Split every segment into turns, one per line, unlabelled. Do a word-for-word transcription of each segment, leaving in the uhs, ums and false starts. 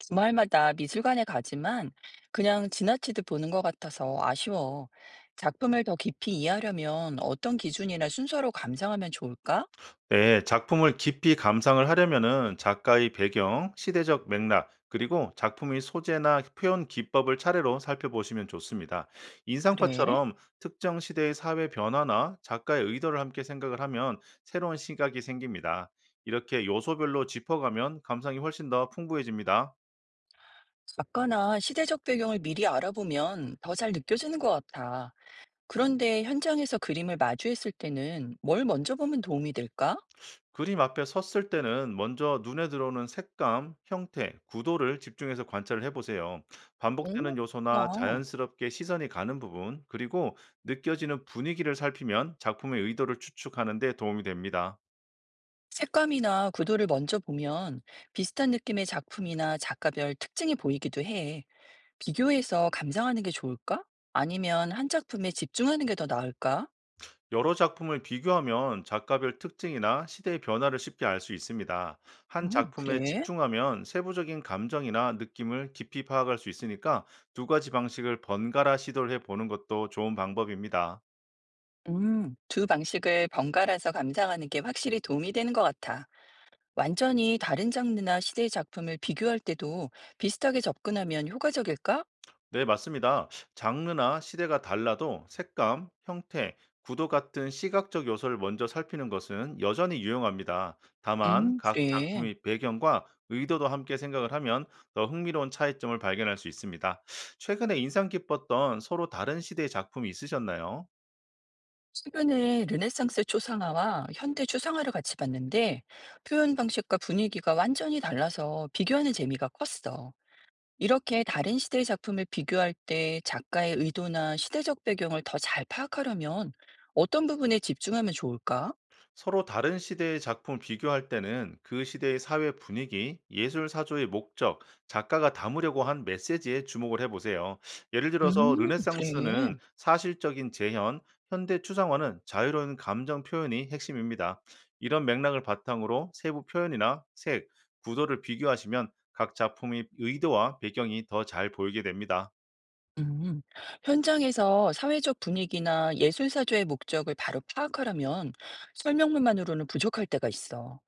주말마다 미술관에 가지만 그냥 지나치듯 보는 것 같아서 아쉬워. 작품을 더 깊이 이해하려면 어떤 기준이나 순서로 감상하면 좋을까?
네, 작품을 깊이 감상을 하려면은 작가의 배경, 시대적 맥락, 그리고 작품의 소재나 표현 기법을 차례로 살펴보시면 좋습니다.
그래?
인상파처럼 특정 시대의 사회 변화나 작가의 의도를 함께 생각을 하면 새로운 시각이 생깁니다. 이렇게 요소별로 짚어가면 감상이 훨씬 더 풍부해집니다.
작가나 시대적 배경을 미리 알아보면 더 잘 느껴지는 것 같아. 그런데 현장에서 그림을 마주했을 때는 뭘 먼저 보면 도움이 될까?
그림 앞에 섰을 때는 먼저 눈에 들어오는 색감, 형태, 구도를 집중해서 관찰을 해보세요.
오,
반복되는 요소나
그렇구나.
자연스럽게 시선이 가는 부분, 그리고 느껴지는 분위기를 살피면 작품의 의도를 추측하는 데 도움이 됩니다.
색감이나 구도를 먼저 보면 비슷한 느낌의 작품이나 작가별 특징이 보이기도 해. 비교해서 감상하는 게 좋을까? 아니면 한 작품에 집중하는 게 더 나을까?
여러 작품을 비교하면 작가별 특징이나 시대의 변화를 쉽게 알 수 있습니다. 한
음,
작품에
그래?
집중하면 세부적인 감정이나 느낌을 깊이 파악할 수 있으니까 두 가지 방식을 번갈아 시도를 해보는 것도 좋은 방법입니다.
음, 두 방식을 번갈아서 감상하는 게 확실히 도움이 되는 것 같아. 완전히 다른 장르나 시대의 작품을 비교할 때도 비슷하게 접근하면 효과적일까?
네, 맞습니다. 장르나 시대가 달라도 색감, 형태, 구도 같은 시각적 요소를 먼저 살피는 것은 여전히 유용합니다. 다만,
음,
각
그래.
작품의 배경과 의도도 함께 생각을 하면 더 흥미로운 차이점을 발견할 수 있습니다. 최근에 인상 깊었던 서로 다른 시대의 작품이 있으셨나요?
최근에 르네상스 초상화와 현대 추상화를 같이 봤는데 표현 방식과 분위기가 완전히 달라서 비교하는 재미가 컸어. 이렇게 다른 시대의 작품을 비교할 때 작가의 의도나 시대적 배경을 더 잘 파악하려면 어떤 부분에 집중하면 좋을까?
서로 다른 시대의 작품을 비교할 때는 그 시대의 사회 분위기, 예술 사조의 목적, 작가가 담으려고 한 메시지에 주목을 해보세요. 예를
음,
들어서
그래.
르네상스는 사실적인 재현, 현대 추상화는 자유로운 감정 표현이 핵심입니다. 이런 맥락을 바탕으로 세부 표현이나 색, 구도를 비교하시면 각 작품의 의도와 배경이 더 잘 보이게 됩니다.
음. 현장에서 사회적 분위기나 예술사조의 목적을 바로 파악하려면 설명문만으로는 부족할 때가 있어.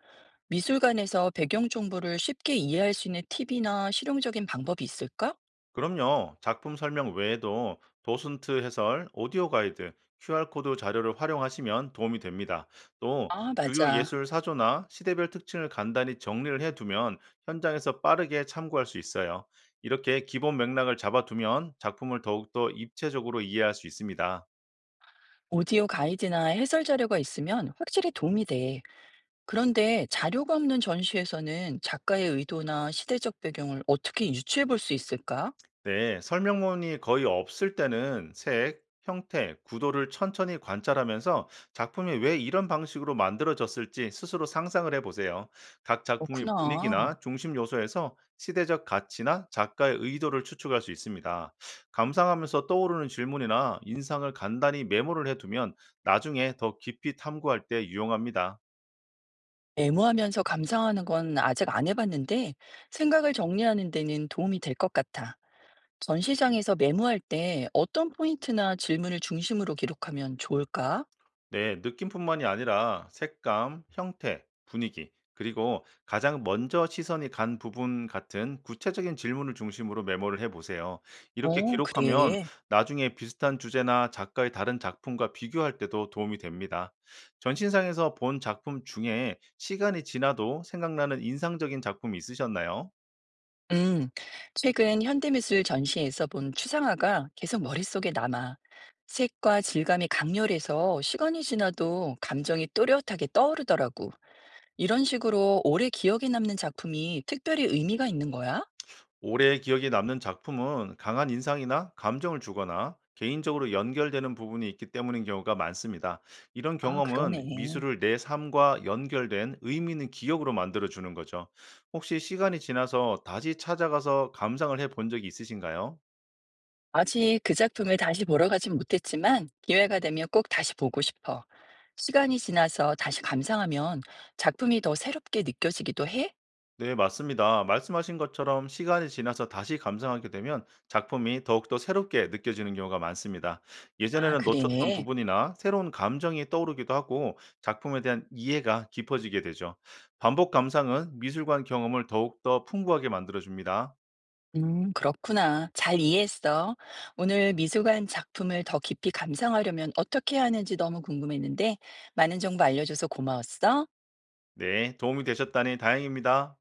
미술관에서 배경 정보를 쉽게 이해할 수 있는 팁이나 실용적인 방법이 있을까?
그럼요. 작품 설명 외에도 도슨트 해설, 오디오 가이드, 큐알코드 자료를 활용하시면 도움이 됩니다. 또
아,
주요
맞아.
예술 사조나 시대별 특징을 간단히 정리를 해두면 현장에서 빠르게 참고할 수 있어요. 이렇게 기본 맥락을 잡아두면 작품을 더욱더 입체적으로 이해할 수 있습니다.
오디오 가이드나 해설 자료가 있으면 확실히 도움이 돼. 그런데 자료가 없는 전시에서는 작가의 의도나 시대적 배경을 어떻게 유추해 볼 수 있을까?
네, 설명문이 거의 없을 때는 색, 형태, 구도를 천천히 관찰하면서 작품이 왜 이런 방식으로 만들어졌을지 스스로 상상을 해보세요. 각 작품의
그렇구나.
분위기나 중심 요소에서 시대적 가치나 작가의 의도를 추측할 수 있습니다. 감상하면서 떠오르는 질문이나 인상을 간단히 메모를 해두면 나중에 더 깊이 탐구할 때 유용합니다.
메모하면서 감상하는 건 아직 안 해봤는데 생각을 정리하는 데는 도움이 될 것 같아. 전시장에서 메모할 때 어떤 포인트나 질문을 중심으로 기록하면 좋을까?
네, 느낌뿐만이 아니라 색감, 형태, 분위기, 그리고 가장 먼저 시선이 간 부분 같은 구체적인 질문을 중심으로 메모를 해보세요. 이렇게
어,
기록하면
그래.
나중에 비슷한 주제나 작가의 다른 작품과 비교할 때도 도움이 됩니다. 전신상에서 본 작품 중에 시간이 지나도 생각나는 인상적인 작품이 있으셨나요?
음, 최근 현대미술 전시에서 본 추상화가 계속 머릿속에 남아. 색과 질감이 강렬해서 시간이 지나도 감정이 또렷하게 떠오르더라고. 이런 식으로 오래 기억에 남는 작품이 특별히 의미가 있는 거야?
올해 기억에 남는 작품은 강한 인상이나 감정을 주거나 개인적으로 연결되는 부분이 있기 때문인 경우가 많습니다. 이런
아,
경험은
그러네.
미술을 내 삶과 연결된 의미 있는 기억으로 만들어 주는 거죠. 혹시 시간이 지나서 다시 찾아가서 감상을 해 본 적이 있으신가요?
아직 그 작품을 다시 보러 가진 못했지만 기회가 되면 꼭 다시 보고 싶어. 시간이 지나서 다시 감상하면 작품이 더 새롭게 느껴지기도 해?
네, 맞습니다. 말씀하신 것처럼 시간이 지나서 다시 감상하게 되면 작품이 더욱더 새롭게 느껴지는 경우가 많습니다.
아,
예전에는 놓쳤던
그래.
부분이나 새로운 감정이 떠오르기도 하고 작품에 대한 이해가 깊어지게 되죠. 반복 감상은 미술관 경험을 더욱더 풍부하게 만들어줍니다.
음, 그렇구나. 잘 이해했어. 오늘 미술관 작품을 더 깊이 감상하려면 어떻게 해야 하는지 너무 궁금했는데, 많은 정보 알려줘서 고마웠어.
네, 도움이 되셨다니 다행입니다.